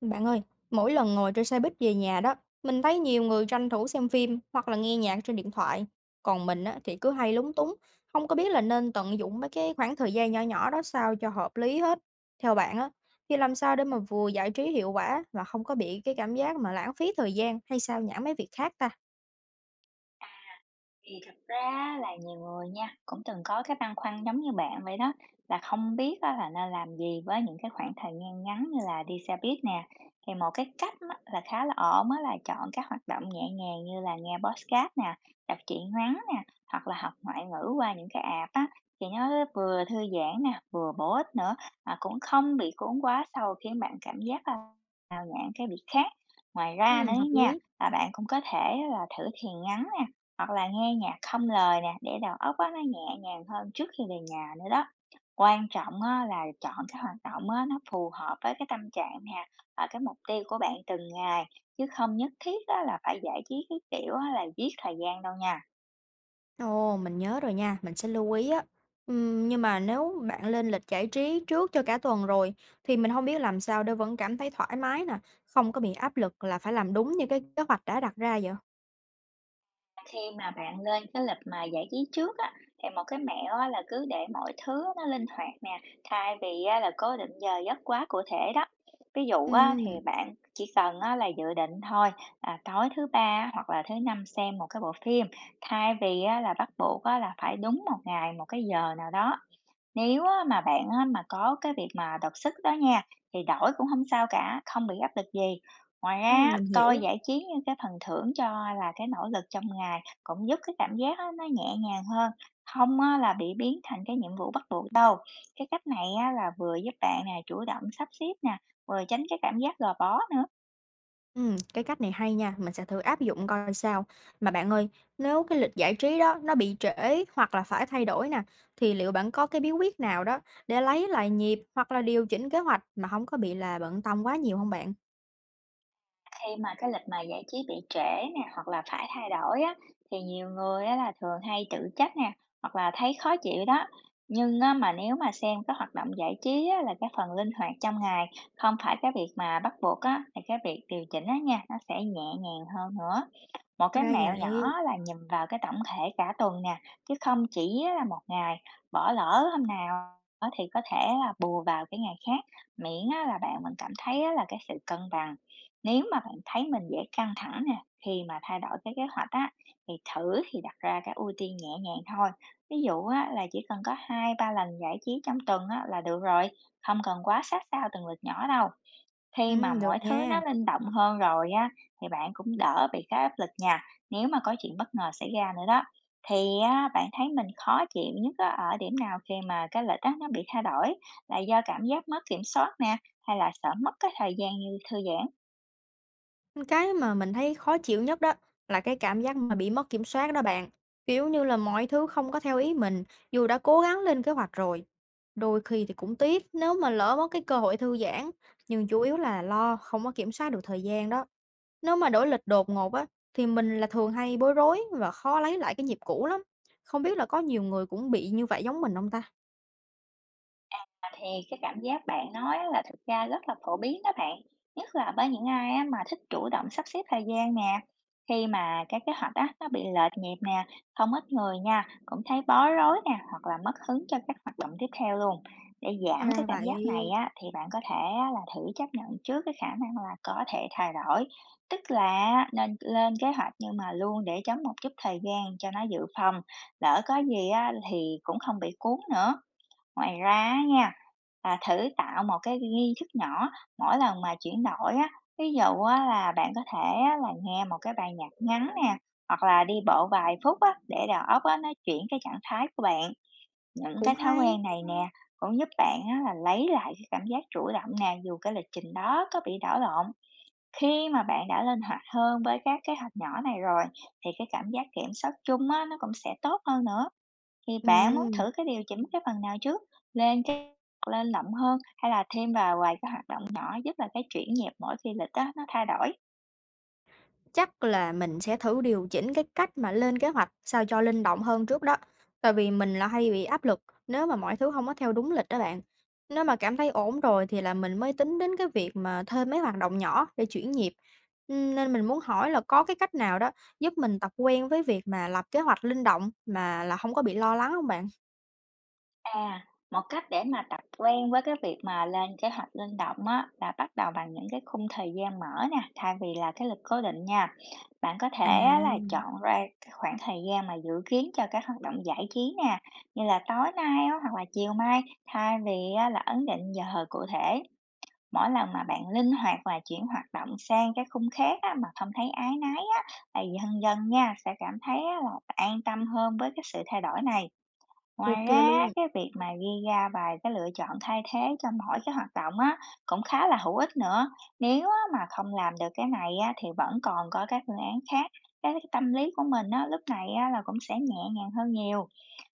Bạn ơi, mỗi lần ngồi trên xe buýt về nhà đó, mình thấy nhiều người tranh thủ xem phim hoặc là nghe nhạc trên điện thoại. Còn mình á, thì cứ hay lúng túng, không có biết là nên tận dụng mấy cái khoảng thời gian nhỏ nhỏ đó sao cho hợp lý hết. Theo bạn á, thì làm sao để mà vừa giải trí hiệu quả mà không có bị cái cảm giác mà lãng phí thời gian hay sao nhãng mấy việc khác ta? Thì thật ra là nhiều người nha, cũng từng có cái băn khoăn giống như bạn vậy đó, là không biết á là nên làm gì với những cái khoảng thời gian ngắn như là đi xe buýt nè. Thì một cái cách á là khá là ổn á là chọn các hoạt động nhẹ nhàng như là nghe podcast nè, đọc truyện ngắn nè, hoặc là học ngoại ngữ qua những cái app á, thì nó vừa thư giãn nè, vừa bổ ích nữa, mà cũng không bị cuốn quá sâu khiến bạn cảm giác là sao nhãng cái việc khác. Ngoài ra Ừ, nữa hợp nha, lý. là bạn cũng có thể là thử thiền ngắn nè, hoặc là nghe nhạc không lời nè, để đầu óc á, nó nhẹ nhàng hơn trước khi về nhà nữa đó. Quan trọng á, là chọn cái hoạt động á, nó phù hợp với cái tâm trạng nè, và cái mục tiêu của bạn từng ngày, chứ không nhất thiết á, là phải giải trí cái kiểu á, là giết thời gian đâu nha. Ồ, mình nhớ rồi nha, mình sẽ lưu ý á. Nhưng mà nếu bạn lên lịch giải trí trước cho cả tuần rồi thì mình không biết làm sao để vẫn cảm thấy thoải mái nè, không có bị áp lực là phải làm đúng như cái kế hoạch đã đặt ra vậy. Khi mà bạn lên cái lịch mà giải trí trước á, thì một cái mẹo á là cứ để mọi thứ nó linh hoạt nè, thay vì á là cố định giờ giấc quá cụ thể đó. Ví dụ á, thì Ừm, bạn chỉ cần á là dự định thôi, là tối thứ ba hoặc là thứ năm xem một cái bộ phim, thay vì á là bắt buộc á là phải đúng một ngày, một cái giờ nào đó. Nếu á, mà bạn á, mà có cái việc mà đột xuất đó nha, thì đổi cũng không sao cả, không bị áp lực gì. Ngoài ra á, mình coi hiểu. giải trí như cái phần thưởng cho là cái nỗ lực trong ngày cũng giúp cái cảm giác á, nó nhẹ nhàng hơn, không á, là bị biến thành cái nhiệm vụ bắt buộc đâu. Cái cách này á, là vừa giúp bạn nè chủ động sắp xếp nè, vừa tránh cái cảm giác gò bó nữa. Cái cách này hay nha, mình sẽ thử áp dụng coi sao. Mà bạn ơi, nếu cái lịch giải trí đó nó bị trễ hoặc là phải thay đổi nè, thì liệu bạn có cái bí quyết nào đó để lấy lại nhịp hoặc là điều chỉnh kế hoạch mà không có bị là bận tâm quá nhiều không bạn? Khi mà cái lịch mà giải trí bị trễ nè, hoặc là phải thay đổi á, thì nhiều người á là thường hay tự trách nè, hoặc là thấy khó chịu đó. Nhưng á, mà nếu mà xem cái hoạt động giải trí á, là cái phần linh hoạt trong ngày, không phải cái việc mà bắt buộc á, thì cái việc điều chỉnh á nha, nó sẽ nhẹ nhàng hơn nữa. Một cái Ra mẹo vậy. nhỏ là nhìn vào cái tổng thể cả tuần nè, chứ không chỉ á là một ngày, bỏ lỡ hôm nào á thì có thể là bù vào cái ngày khác, miễn á là bạn mình cảm thấy á là cái sự cân bằng. Nếu mà bạn thấy mình dễ căng thẳng nè, khi mà thay đổi cái kế hoạch á, thì thử đặt ra cái ưu tiên nhẹ nhàng thôi. Ví dụ á là chỉ cần có hai ba lần giải trí trong tuần á là được rồi, không cần quá sát sao từng lượt nhỏ đâu. Khi mà Được mọi thứ nha. nó linh động hơn rồi á, thì bạn cũng đỡ bị cái áp lực nha, nếu mà có chuyện bất ngờ xảy ra nữa đó. Thì á, bạn thấy mình khó chịu nhất á, ở điểm nào khi mà cái lịch á, nó bị thay đổi? Là do cảm giác mất kiểm soát nè, hay là sợ mất cái thời gian như thư giãn? Cái mà mình thấy khó chịu nhất đó là cái cảm giác mà bị mất kiểm soát đó bạn. Kiểu như là mọi thứ không có theo ý mình, dù đã cố gắng lên kế hoạch rồi. Đôi khi thì cũng tiếc nếu mà lỡ mất cái cơ hội thư giãn, nhưng chủ yếu là lo không có kiểm soát được thời gian đó. Nếu mà đổi lịch đột ngột á, thì mình là thường hay bối rối và khó lấy lại cái nhịp cũ lắm. Không biết là có nhiều người cũng bị như vậy giống mình không ta? À, thì cái cảm giác bạn nói á là thực ra rất là phổ biến đó bạn, nhất là với những ai á mà thích chủ động sắp xếp thời gian nè. Khi mà cái kế hoạch á nó bị lệch nhịp nè, không ít người nha cũng thấy bối rối nè, hoặc là mất hứng cho các hoạt động tiếp theo luôn. Để giảm cái Ra cảm giác này vậy, á thì bạn có thể á là thử chấp nhận trước cái khả năng là có thể thay đổi, tức là nên lên kế hoạch nhưng mà luôn để trống một chút thời gian cho nó dự phòng, lỡ có gì á thì cũng không bị cuốn nữa. Ngoài ra á nha, là thử tạo một cái nghi thức nhỏ mỗi lần mà chuyển đổi á, ví dụ á là bạn có thể á là nghe một cái bài nhạc ngắn nè, hoặc là đi bộ vài phút á để đầu óc á nó chuyển cái trạng thái của bạn. Những cái cũng thói hay. quen này nè cũng giúp bạn á là lấy lại cái cảm giác chủ động nè, dù cái lịch trình đó có bị đảo lộn. Khi mà bạn đã linh hoạt hơn với các kế hoạch nhỏ này rồi, thì cái cảm giác kiểm soát chung á nó cũng sẽ tốt hơn nữa. Thì bạn muốn Ừm. thử cái điều chỉnh cái phần nào trước? Lên cái lên rộng hơn hay là thêm vào vài cái hoạt động nhỏ giúp là cái chuyển nhịp mỗi khi lịch đó nó thay đổi? Chắc là mình sẽ thử điều chỉnh cái cách mà lên kế hoạch sao cho linh động hơn trước đó. Tại vì mình là hay bị áp lực nếu mà mọi thứ không có theo đúng lịch đó bạn. Nếu mà cảm thấy ổn rồi thì là mình mới tính đến cái việc mà thêm mấy hoạt động nhỏ để chuyển nhịp. Nên mình muốn hỏi là có cái cách nào đó giúp mình tập quen với việc mà lập kế hoạch linh động mà là không có bị lo lắng không bạn? À, một cách để mà tập quen với cái việc mà lên kế hoạch linh động á, là bắt đầu bằng những cái khung thời gian mở nè, thay vì là cái lịch cố định nha. Bạn có thể á, À, là chọn ra cái khoảng thời gian mà dự kiến cho các hoạt động giải trí nè, như là tối nay á, hoặc là chiều mai, thay vì á, là ấn định giờ cụ thể. Mỗi lần mà bạn linh hoạt và chuyển hoạt động sang cái khung khác á, mà không thấy áy náy á, thì dần dần nha sẽ cảm thấy á, là an tâm hơn với cái sự thay đổi này. Ngoài ok ra luôn. cái việc mà ghi ra vài cái lựa chọn thay thế cho mỗi cái hoạt động á, cũng khá là hữu ích nữa. Nếu á, mà không làm được cái này á, thì vẫn còn có các phương án khác. Cái tâm lý của mình á, lúc này á, là cũng sẽ nhẹ nhàng hơn nhiều.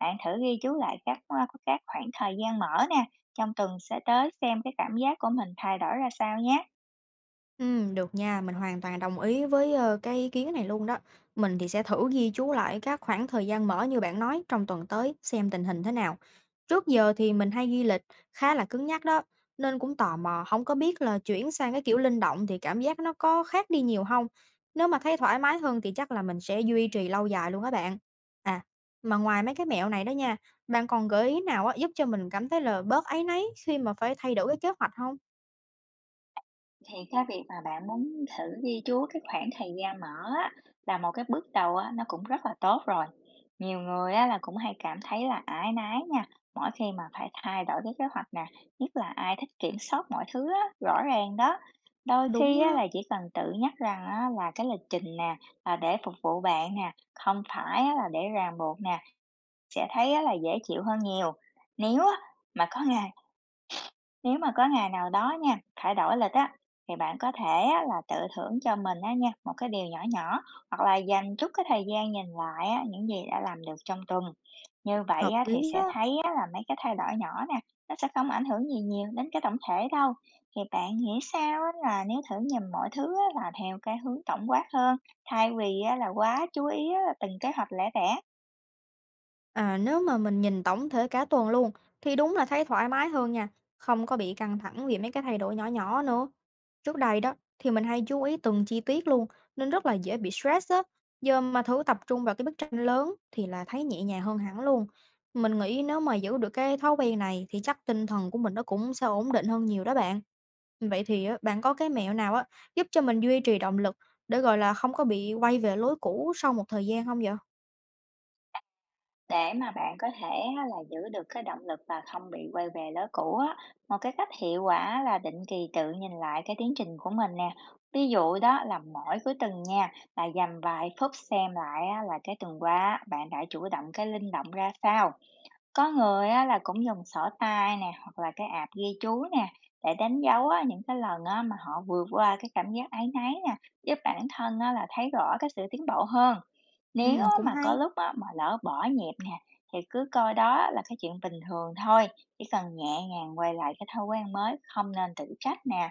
Bạn thử ghi chú lại các khoảng thời gian mở nè, trong tuần sẽ tới xem cái cảm giác của mình thay đổi ra sao nhé. Được nha, mình hoàn toàn đồng ý với, cái ý kiến này luôn đó. Mình thì sẽ thử ghi chú lại các khoảng thời gian mở như bạn nói trong tuần tới xem tình hình thế nào. Trước giờ thì mình hay ghi lịch khá là cứng nhắc đó, nên cũng tò mò không có biết là chuyển sang cái kiểu linh động thì cảm giác nó có khác đi nhiều không. Nếu mà thấy thoải mái hơn thì chắc là mình sẽ duy trì lâu dài luôn các bạn. À, mà ngoài mấy cái mẹo này đó nha, bạn còn gợi ý nào á giúp cho mình cảm thấy là bớt áy náy khi mà phải thay đổi cái kế hoạch không? Thì cái việc mà bạn muốn thử ghi chú cái khoảng thời gian mở á, là một cái bước đầu á, nó cũng rất là tốt rồi. Nhiều người á, là cũng hay cảm thấy là áy náy nha, mỗi khi mà phải thay đổi cái kế hoạch nè, nhất là ai thích kiểm soát mọi thứ á, rõ ràng đó. Đôi Đúng khi á, á, là chỉ cần tự nhắc rằng á, là cái lịch trình nè là để phục vụ bạn nè, không phải á, là để ràng buộc nè. Sẽ thấy á là dễ chịu hơn nhiều. Nếu á mà có ngày Nếu mà có ngày nào đó nha, phải đổi lịch á, thì bạn có thể á là tự thưởng cho mình á nha, một cái điều nhỏ nhỏ, hoặc là dành chút cái thời gian nhìn lại á, những gì đã làm được trong tuần. Như vậy hợp á thì lý sẽ đó. thấy á là mấy cái thay đổi nhỏ nè, nó sẽ không ảnh hưởng gì nhiều đến cái tổng thể đâu. Thì bạn nghĩ sao á là nếu thử nhìn mọi thứ á là theo cái hướng tổng quát hơn, thay vì á là quá chú ý á là từng kế hoạch lẻ tẻ? À, nếu mà mình nhìn tổng thể cả tuần luôn thì đúng là thấy thoải mái hơn nha, không có bị căng thẳng vì mấy cái thay đổi nhỏ nhỏ nữa. Trước đây đó thì mình hay chú ý từng chi tiết luôn nên rất là dễ bị stress á. Giờ mà thử tập trung vào cái bức tranh lớn thì là thấy nhẹ nhàng hơn hẳn luôn. Mình nghĩ nếu mà giữ được cái thói quen này thì chắc tinh thần của mình nó cũng sẽ ổn định hơn nhiều đó bạn. Vậy thì á, bạn có cái mẹo nào á giúp cho mình duy trì động lực để gọi là không có bị quay về lối cũ sau một thời gian không vậy? Để mà bạn có thể á là giữ được cái động lực và không bị quay về lối cũ á, một cái cách hiệu quả là định kỳ tự nhìn lại cái tiến trình của mình nè. Ví dụ đó là mỗi cuối tuần nha, là dành vài phút xem lại á là cái tuần qua á, bạn đã chủ động cái linh động ra sao. Có người á là cũng dùng sổ tay nè, hoặc là cái app ghi chú nè, để đánh dấu á, những cái lần á mà họ vượt qua cái cảm giác áy náy nè, giúp bản thân á là thấy rõ cái sự tiến bộ hơn. Ừ, Nếu á cũng mà có hay. lúc á mà lỡ bỏ nhịp nè, thì cứ coi đó là cái chuyện bình thường thôi, chỉ cần nhẹ nhàng quay lại cái thói quen mới, không nên tự trách nè.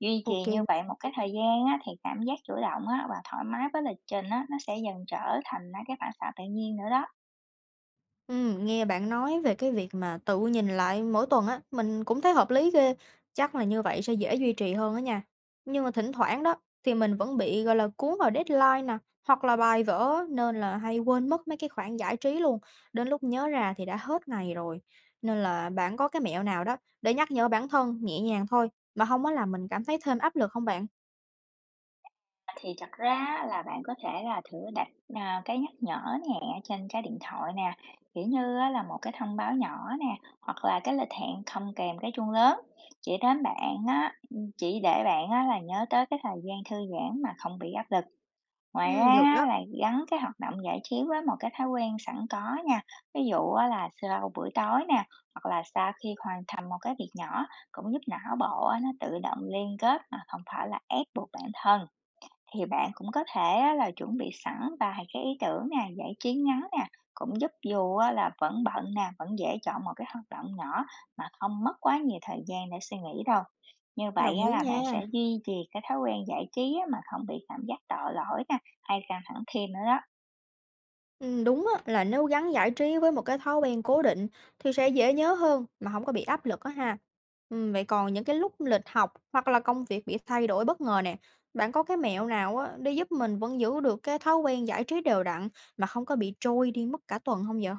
Duy trì Ok. như vậy một cái thời gian á, thì cảm giác chủ động á và thoải mái với lịch trình á, nó sẽ dần trở thành á cái phản xạ tự nhiên nữa đó. Nghe bạn nói về cái việc mà tự nhìn lại mỗi tuần á, mình cũng thấy hợp lý ghê, chắc là như vậy sẽ dễ duy trì hơn á nha. Nhưng mà thỉnh thoảng đó thì mình vẫn bị gọi là cuốn vào deadline nè, hoặc là bài vở nên là hay quên mất mấy cái khoản giải trí luôn, đến lúc nhớ ra thì đã hết ngày rồi. Nên là bạn có cái mẹo nào đó để nhắc nhở bản thân nhẹ nhàng thôi mà không có làm mình cảm thấy thêm áp lực không bạn? Thì thật ra là bạn có thể là thử đặt, à, cái nhắc nhở nhẹ trên cái điện thoại nè, kiểu như á là một cái thông báo nhỏ nè, hoặc là cái lịch hẹn không kèm cái chuông lớn, chỉ đến bạn á chỉ để bạn á là nhớ tới cái thời gian thư giãn mà không bị áp lực. Ngoài ra Được á đó, là gắn cái hoạt động giải trí với một cái thói quen sẵn có nha, ví dụ á là sau buổi tối nè, hoặc là sau khi hoàn thành một cái việc nhỏ cũng giúp não bộ á nó tự động liên kết mà không phải là ép buộc bản thân. Thì bạn cũng có thể á là chuẩn bị sẵn vài cái ý tưởng nè, giải trí ngắn nè, cũng giúp dù á là vẫn bận nè, vẫn dễ chọn một cái hoạt động nhỏ mà không mất quá nhiều thời gian để suy nghĩ đâu. Như vậy đồng á ý là bạn sẽ nha. duy trì cái thói quen giải trí á mà không bị cảm giác tội lỗi nè, hay căng thẳng thêm nữa đó. Đúng á, là nếu gắn giải trí với một cái thói quen cố định thì sẽ dễ nhớ hơn mà không có bị áp lực á ha. Vậy còn những cái lúc lịch học hoặc là công việc bị thay đổi bất ngờ nè, bạn có cái mẹo nào á để giúp mình vẫn giữ được cái thói quen giải trí đều đặn mà không có bị trôi đi mất cả tuần không vậy?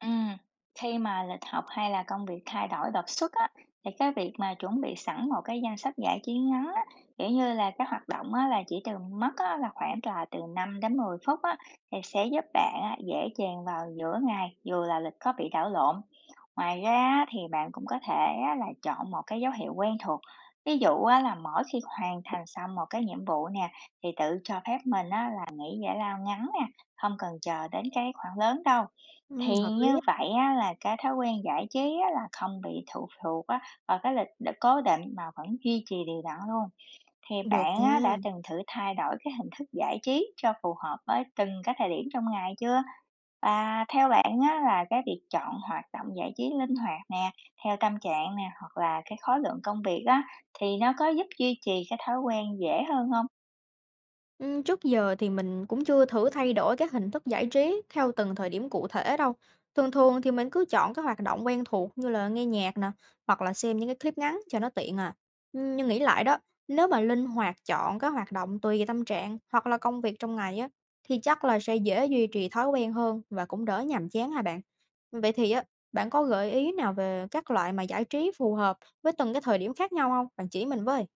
Ừm, khi mà lịch học hay là công việc thay đổi đột xuất á, thì cái việc mà chuẩn bị sẵn một cái danh sách giải trí ngắn á, kiểu như là cái hoạt động á, là chỉ từ mất á, là khoảng là từ 5 đến 10 phút á, thì sẽ giúp bạn á, dễ chèn vào giữa ngày dù là lịch có bị đảo lộn. Ngoài ra á, thì bạn cũng có thể á, là chọn một cái dấu hiệu quen thuộc. Ví dụ á, là mỗi khi hoàn thành xong một cái nhiệm vụ nè thì tự cho phép mình á, là nghỉ giải lao ngắn nè, không cần chờ đến cái khoảng lớn đâu, thì Hợp lý như á, vậy á là cái thói quen giải trí á là không bị thụ thuộc á vào cái lịch đã cố định mà vẫn duy trì đều đặn luôn. Thì được bạn á đã nha. từng thử thay đổi cái hình thức giải trí cho phù hợp với từng cái thời điểm trong ngày chưa? Và theo bạn á là cái việc chọn hoạt động giải trí linh hoạt nè, theo tâm trạng nè, hoặc là cái khối lượng công việc á, thì nó có giúp duy trì cái thói quen dễ hơn không? Trước giờ thì mình cũng chưa thử thay đổi cái hình thức giải trí theo từng thời điểm cụ thể đâu. Thường thường thì mình cứ chọn các hoạt động quen thuộc như là nghe nhạc nè, hoặc là xem những cái clip ngắn cho nó tiện à. Nhưng nghĩ lại đó, nếu mà linh hoạt chọn các hoạt động tùy tâm trạng hoặc là công việc trong ngày á, thì chắc là sẽ dễ duy trì thói quen hơn và cũng đỡ nhàm chán hả bạn. Vậy thì á, bạn có gợi ý nào về các loại mà giải trí phù hợp với từng cái thời điểm khác nhau không? Bạn chỉ mình với.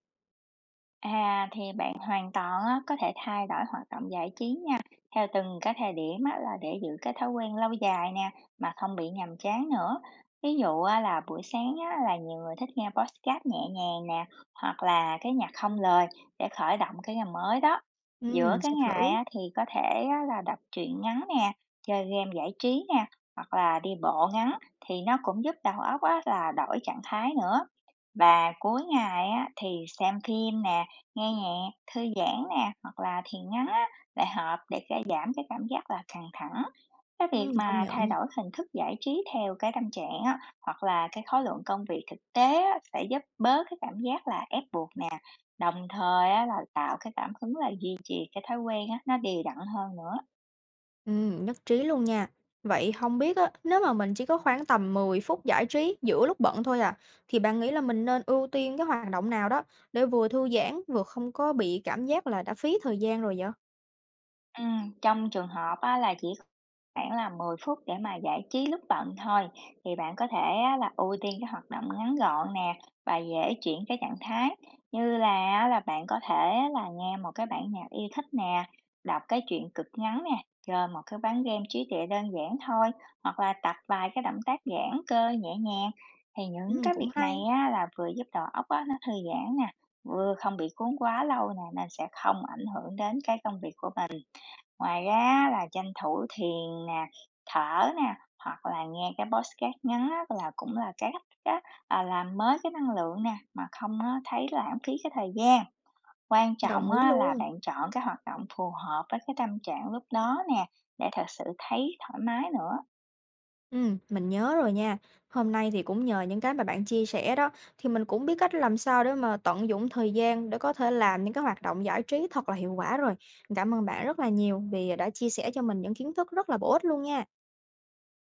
À, thì bạn hoàn toàn á, có thể thay đổi hoạt động giải trí nha, theo từng cái thời điểm á, là để giữ cái thói quen lâu dài nè, mà không bị nhàm chán nữa. Ví dụ á, là buổi sáng á, là nhiều người thích nghe podcast nhẹ nhàng nè, hoặc là cái nhạc không lời để khởi động cái ngày mới đó. Giữa Mình cái sẽ ngày thử. á, thì có thể á, là đọc truyện ngắn nè, chơi game giải trí nè, hoặc là đi bộ ngắn thì nó cũng giúp đầu óc á, là đổi trạng thái nữa. Và cuối ngày á, thì xem phim nè, nghe nhạc, thư giãn nè, hoặc là thiền ngắn á, lại hợp để ca giảm cái cảm giác là căng thẳng. Cái việc Công mà nhận. thay đổi hình thức giải trí theo cái tâm trạng á, hoặc là cái khối lượng công việc thực tế á, sẽ giúp bớt cái cảm giác là ép buộc nè. Đồng thời á, là tạo cái cảm hứng là duy trì cái thói quen á, nó đều đặn hơn nữa. Nhất trí luôn nha. Vậy không biết á, nếu mà mình chỉ có khoảng tầm 10 phút giải trí giữa lúc bận thôi à, thì bạn nghĩ là mình nên ưu tiên cái hoạt động nào đó để vừa thư giãn, vừa không có bị cảm giác là đã phí thời gian rồi vậy? Ừ. Trong trường hợp á, là chỉ khoảng là 10 phút để mà giải trí lúc bận thôi, thì bạn có thể á là ưu tiên cái hoạt động ngắn gọn nè và dễ chuyển cái trạng thái, như là á là bạn có thể á là nghe một cái bản nhạc yêu thích nè, đọc cái truyện cực ngắn nè, chơi một cái ván game trí tuệ đơn giản thôi, hoặc là tập vài cái động tác giãn cơ nhẹ nhàng. Thì những cái Cũng việc này hay, á là vừa giúp đầu óc á nó thư giãn nè, vừa không bị cuốn quá lâu nè, nên sẽ không ảnh hưởng đến cái công việc của mình. Ngoài ra là tranh thủ thiền nè, thở nè, hoặc là nghe cái podcast ngắn á là cũng là cái cách á, làm mới cái năng lượng nè, mà không á thấy lãng phí cái thời gian. Quan trọng đồng ý á là luôn. bạn chọn cái hoạt động phù hợp với cái tâm trạng lúc đó nè, để thật sự thấy thoải mái nữa. Mình nhớ rồi nha. Hôm nay thì cũng nhờ những cái mà bạn chia sẻ đó, thì mình cũng biết cách làm sao để mà tận dụng thời gian để có thể làm những cái hoạt động giải trí thật là hiệu quả rồi. Cảm ơn bạn rất là nhiều vì đã chia sẻ cho mình những kiến thức rất là bổ ích luôn nha.